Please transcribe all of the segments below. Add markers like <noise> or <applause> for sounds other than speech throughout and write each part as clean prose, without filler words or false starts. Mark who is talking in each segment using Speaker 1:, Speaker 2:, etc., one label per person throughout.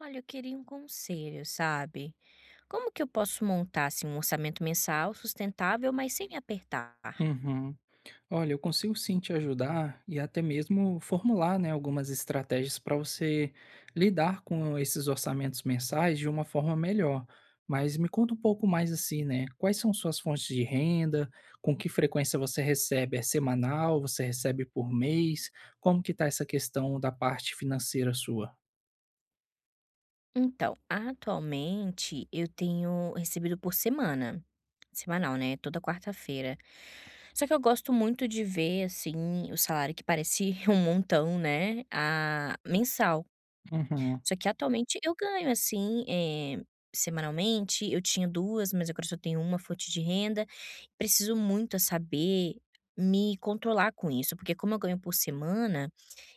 Speaker 1: Olha, eu queria um conselho, sabe? Como que eu posso montar, assim, um orçamento mensal sustentável, mas sem me apertar?
Speaker 2: Uhum. Olha, eu consigo sim te ajudar e até mesmo formular, né, algumas estratégias para você lidar com esses orçamentos mensais de uma forma melhor. Mas me conta um pouco mais assim, né? Quais são suas fontes de renda? Com que frequência você recebe? É semanal? Você recebe por mês? Como que tá essa questão da parte financeira sua?
Speaker 1: Então, atualmente eu tenho recebido por semana. Semanal, né? Toda quarta-feira. Só que eu gosto muito de ver, assim, o salário que parece <laughs> um montão, né? A mensal.
Speaker 2: Uhum,
Speaker 1: Só que atualmente eu ganho assim, semanalmente, eu tinha 2 mas agora só tenho uma fonte de renda. Preciso muito a saber me controlar com isso, porque como eu ganho por semana,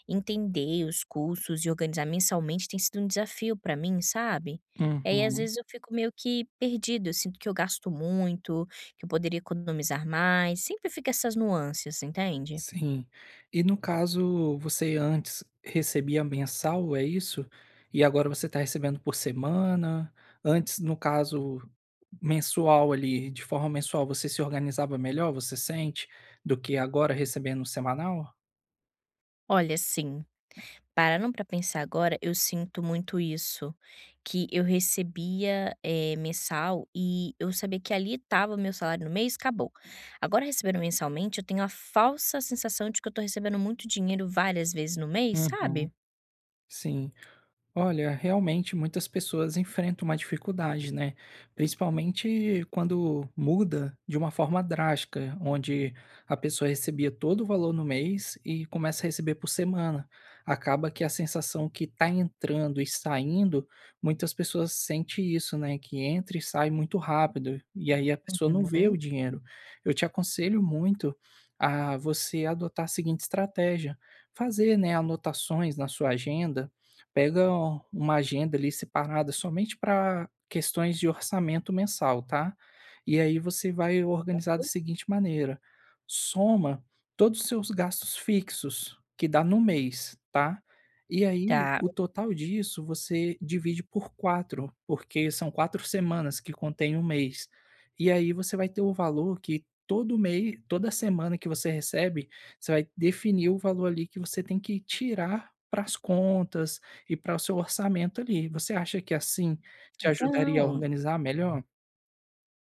Speaker 1: entender os cursos e organizar mensalmente tem sido um desafio pra mim, sabe. E aí às
Speaker 2: uhum.
Speaker 1: vezes eu fico meio que perdido, eu sinto que eu gasto muito, que eu poderia economizar mais, sempre fica essas nuances, entende.
Speaker 2: Sim. E no caso, você antes recebia mensal, é isso? E agora você está recebendo por semana? Antes, no caso, mensual ali, de forma mensual, você se organizava melhor, você sente, do que agora recebendo semanal?
Speaker 1: Olha, sim. Parando para pensar agora, eu sinto muito isso, que eu recebia, mensal, e eu sabia que ali estava o meu salário no mês, acabou. Agora recebendo mensalmente, eu tenho a falsa sensação de que eu estou recebendo muito dinheiro várias vezes no mês, sabe?
Speaker 2: Uhum. Sim. Olha, realmente muitas pessoas enfrentam uma dificuldade, né? Principalmente quando muda de uma forma drástica, onde a pessoa recebia todo o valor no mês e começa a receber por semana. Acaba que a sensação que está entrando e saindo, muitas pessoas sentem isso, né? Que entra e sai muito rápido, e aí a pessoa não vê o
Speaker 1: Uhum.
Speaker 2: dinheiro. Eu te aconselho muito a você adotar a seguinte estratégia: fazer, né, anotações na sua agenda. Pega uma agenda ali separada somente para questões de orçamento mensal, tá? E aí você vai organizar da seguinte maneira: soma todos os seus gastos fixos que dá no mês, tá? E aí
Speaker 1: Tá.
Speaker 2: o total disso você divide por 4, porque são 4 semanas que contém um mês. E aí você vai ter o valor que todo mês, toda semana que você recebe, você vai definir o valor ali que você tem que tirar para as contas, e para o seu orçamento ali. Você acha que assim te ajudaria a
Speaker 1: Legal.
Speaker 2: organizar melhor?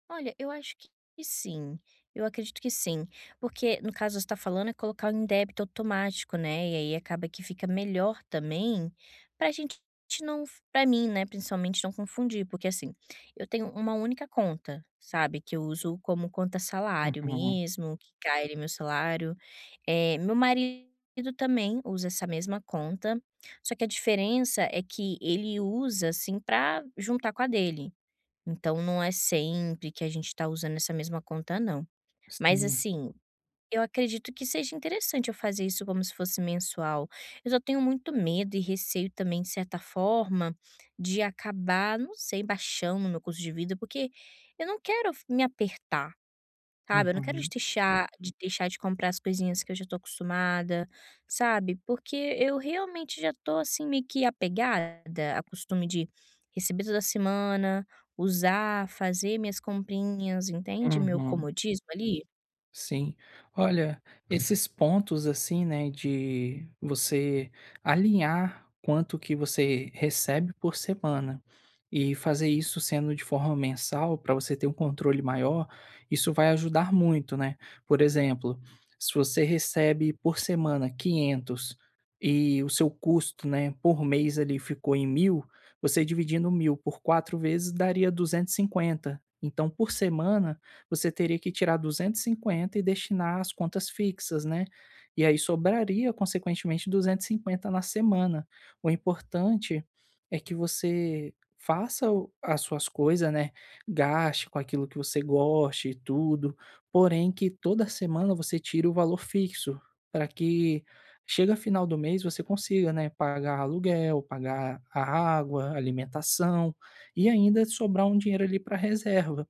Speaker 1: Olha, eu acho que sim. Eu acredito que sim. Porque, no caso, você está falando é colocar em débito automático, né, e aí acaba que fica melhor também pra gente, não, pra mim, né, principalmente, não confundir, porque, assim, eu tenho uma única conta, sabe, que eu uso como conta salário
Speaker 2: Uhum,
Speaker 1: mesmo, que cai ali meu salário. Meu marido também usa essa mesma conta, só que a diferença é que ele usa, assim, pra juntar com a dele. Então não é sempre que a gente está usando essa mesma conta não. Mas
Speaker 2: sim.
Speaker 1: assim, eu acredito que seja interessante eu fazer isso como se fosse mensual. Eu só tenho muito medo e receio também, de certa forma, de acabar, não sei, baixando o meu custo de vida, porque eu não quero me apertar. Sabe, eu não quero de
Speaker 2: Uhum,
Speaker 1: deixar de comprar as coisinhas que eu já tô acostumada, sabe, porque eu realmente já tô, assim, meio que apegada a costume de receber toda semana, usar, fazer minhas comprinhas, entende, meu
Speaker 2: uhum.
Speaker 1: comodismo ali.
Speaker 2: Sim. Olha, esses pontos assim, né, de você alinhar quanto que você recebe por semana e fazer isso sendo de forma mensal para você ter um controle maior, isso vai ajudar muito, né? Por exemplo, se você recebe por semana 500 e o seu custo, né, por mês ali ficou em 1000, você dividindo 1000 por quatro vezes daria 250. Então, por semana você teria que tirar 250 e cinquenta e destinar às contas fixas, né. E aí sobraria, consequentemente, 250 na semana. O importante é que você faça o as suas coisas, né, gaste com aquilo que você goste e tudo, porém que toda semana você tire o valor fixo, para que chega final do mês você consiga, né, pagar aluguel, pagar a água, alimentação e ainda sobrar um dinheiro ali para reserva.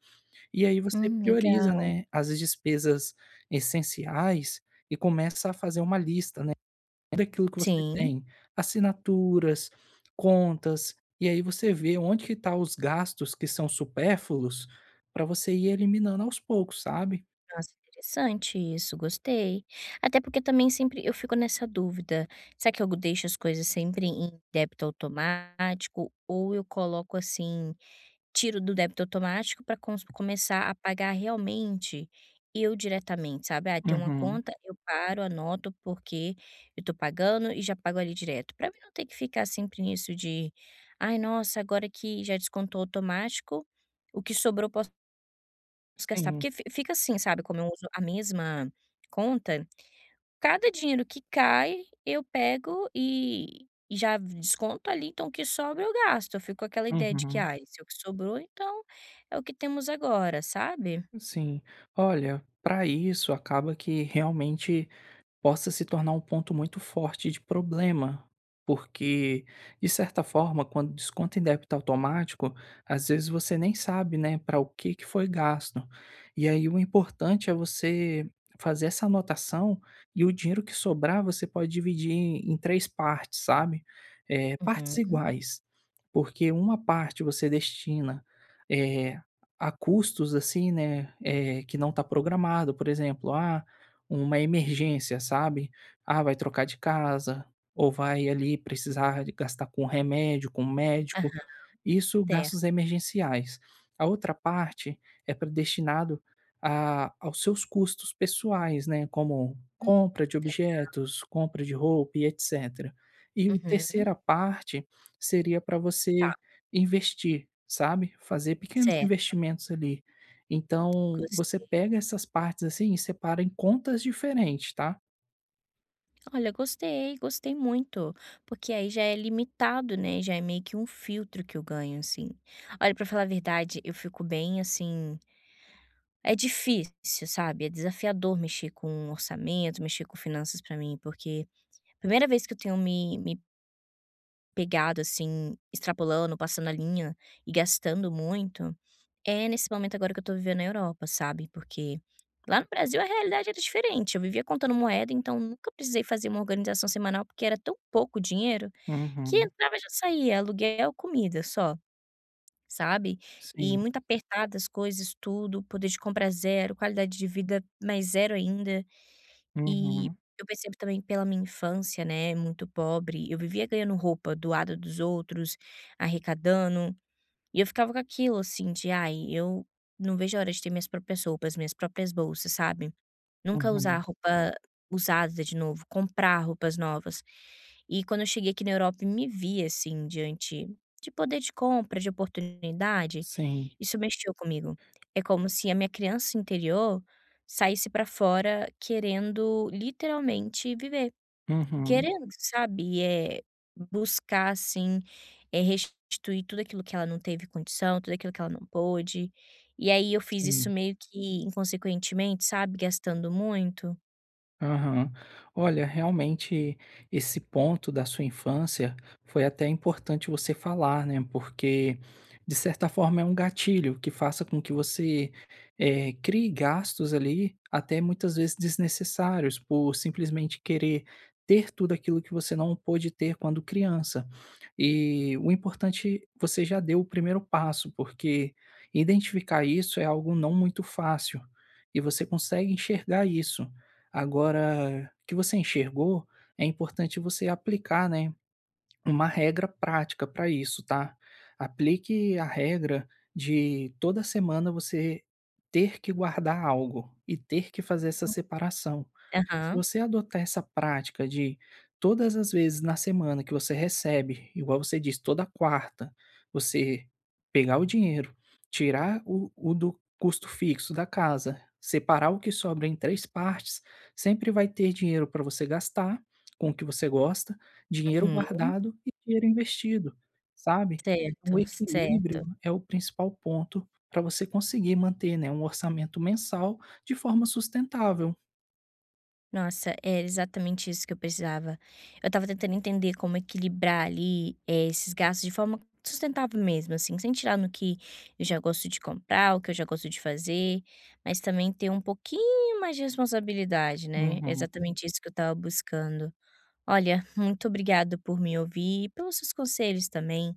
Speaker 2: E aí você prioriza,
Speaker 1: Legal.
Speaker 2: né, as despesas essenciais e começa a fazer uma lista, né, daquilo que você
Speaker 1: Sim,
Speaker 2: tem, assinaturas, contas, e aí você vê onde que tá os gastos que são supérfluos para você ir eliminando aos poucos, sabe?
Speaker 1: nossa, interessante isso, gostei. Até porque também sempre eu fico nessa dúvida, será que eu deixo as coisas sempre em débito automático ou eu coloco, assim, tiro do débito automático para começar a pagar realmente eu diretamente, sabe. "Ai, tem uma
Speaker 2: Uhum.
Speaker 1: conta, eu paro, anoto, porque eu tô pagando e já pago ali direto", para mim não ter que ficar sempre nisso de: "Ai, nossa, agora que já descontou automático, o que sobrou eu posso gastar",
Speaker 2: Sim.
Speaker 1: porque fi fica assim, sabe, como eu uso a mesma conta. Cada dinheiro que cai, eu pego e já desconto ali, então o que sobra eu gasto, eu fico com aquela ideia de que:
Speaker 2: Uhum.
Speaker 1: "Ai, se é o que sobrou, então é o que temos agora", sabe?
Speaker 2: Sim. Olha, para isso acaba que realmente possa se tornar um ponto muito forte de problema, porque, de certa forma, quando desconta em débito automático, às vezes você nem sabe, né, para o que que foi gasto. E aí o importante é você fazer essa anotação e o dinheiro que sobrar você pode dividir em 3 partes, sabe, partes
Speaker 1: Uhum.
Speaker 2: iguais, porque uma parte você destina, eh, a custos, assim, né, que não está programado, por exemplo, uma emergência, sabe. Ah, vai trocar de casa, ou vai ali precisar de gastar com remédio, com
Speaker 1: Aham.
Speaker 2: médico, isso
Speaker 1: Certo.
Speaker 2: gastos emergenciais. A outra parte é para destinado a aos seus custos pessoais, né, como
Speaker 1: Hum,
Speaker 2: compra de
Speaker 1: legal.
Speaker 2: objetos, compra de roupa e etcétera. E o
Speaker 1: Uhum.
Speaker 2: terceira parte seria para
Speaker 1: Tá,
Speaker 2: você investir, sabe, fazer pequenos
Speaker 1: certo,
Speaker 2: investimentos ali, então, você
Speaker 1: gostei.
Speaker 2: pega essas partes, assim, e separa em contas diferentes, tá.
Speaker 1: Olha, gostei, gostei muito, porque aí já é limitado, né, já é meio que um filtro que eu ganho, assim. Olha, pra falar a verdade, eu fico bem, assim, é difícil, sabe, é desafiador mexer com orçamento, mexer com finanças pra mim, porque primeira vez que eu tenho me pegado, assim, extrapolando, passando a linha e gastando muito, é nesse momento agora que eu tô vivendo na Europa, sabe, porque lá no Brasil a realidade era diferente, eu vivia contando moeda, então nunca precisei fazer uma organização semanal, porque era tão pouco dinheiro que
Speaker 2: Uhum.
Speaker 1: entrava e já saía, aluguel, comida só, sabe. E
Speaker 2: Sim.
Speaker 1: muito apertadas as coisas, tudo, poder de compra zero, qualidade de vida mais zero ainda. E
Speaker 2: Uhum.
Speaker 1: eu percebo também pela minha infância, né, muito pobre, eu vivia ganhando roupa doada dos outros, arrecadando, e eu ficava com aquilo, assim, de: "Ai, eu não vejo a hora de ter minhas próprias roupas, minhas próprias bolsas", sabe? Nunca usar
Speaker 2: Uhum.
Speaker 1: roupa usada de novo, comprar roupas novas. E quando eu cheguei aqui na Europa e me vi assim, diante de poder de compra, de oportunidade,
Speaker 2: Sim.
Speaker 1: isso mexeu comigo. É como se a minha criança interior saísse para fora querendo literalmente viver.
Speaker 2: Uhum.
Speaker 1: Querendo, sabe, é buscar, assim, é restituir tudo aquilo que ela não teve condição, tudo aquilo que ela não pôde. E aí eu fiz isso
Speaker 2: Sim.
Speaker 1: meio que inconsequentemente, sabe, gastando muito.
Speaker 2: Aham. Olha, realmente esse ponto da sua infância foi até importante você falar, né? Porque, de certa forma, é um gatilho que faça com que você crie gastos ali, até muitas vezes desnecessários, por simplesmente querer ter tudo aquilo que você não pôde ter quando criança. E o importante, você já deu o primeiro passo, porque identificar isso é algo não muito fácil e você consegue enxergar isso. Agora, o que você enxergou, é importante você aplicar, né, uma regra prática para isso, tá? Aplique a regra de toda semana você ter que guardar algo e ter que fazer essa
Speaker 1: Hum.
Speaker 2: separação. Se
Speaker 1: Aham,
Speaker 2: você adotar essa prática de todas as vezes na semana que você recebe, igual você disse, toda quarta, você pegar o dinheiro, tirar o do custo fixo da casa, separar o que sobra em três partes, sempre vai ter dinheiro para você gastar com o que você gosta, dinheiro
Speaker 1: uhum,
Speaker 2: guardado e dinheiro investido, sabe? Então, o
Speaker 1: certo,
Speaker 2: equilíbrio
Speaker 1: certo.
Speaker 2: é o principal ponto para você conseguir manter, né, um orçamento mensal de forma sustentável.
Speaker 1: Nossa, é exatamente isso que eu precisava. Eu estava tentando entender como equilibrar ali, esses gastos de forma sustentável mesmo, assim, sem tirar no que eu já gosto de comprar, o que eu já gosto de fazer, mas também ter um pouquinho mais de responsabilidade, né. É
Speaker 2: Uhum.
Speaker 1: exatamente isso que eu estava buscando. Olha, muito obrigado por me ouvir e pelos seus conselhos também.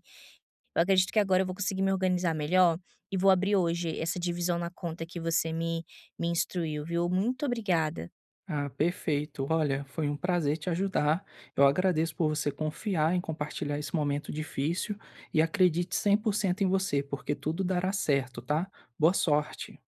Speaker 1: Eu acredito que agora eu vou conseguir me organizar melhor e vou abrir hoje essa divisão na conta que você me instruiu, viu. Muito obrigada.
Speaker 2: Ah, perfeito. Olha, foi um prazer te ajudar. Eu agradeço por você confiar em compartilhar esse momento difícil e acredite 100% em você, porque tudo dará certo, tá? Boa sorte.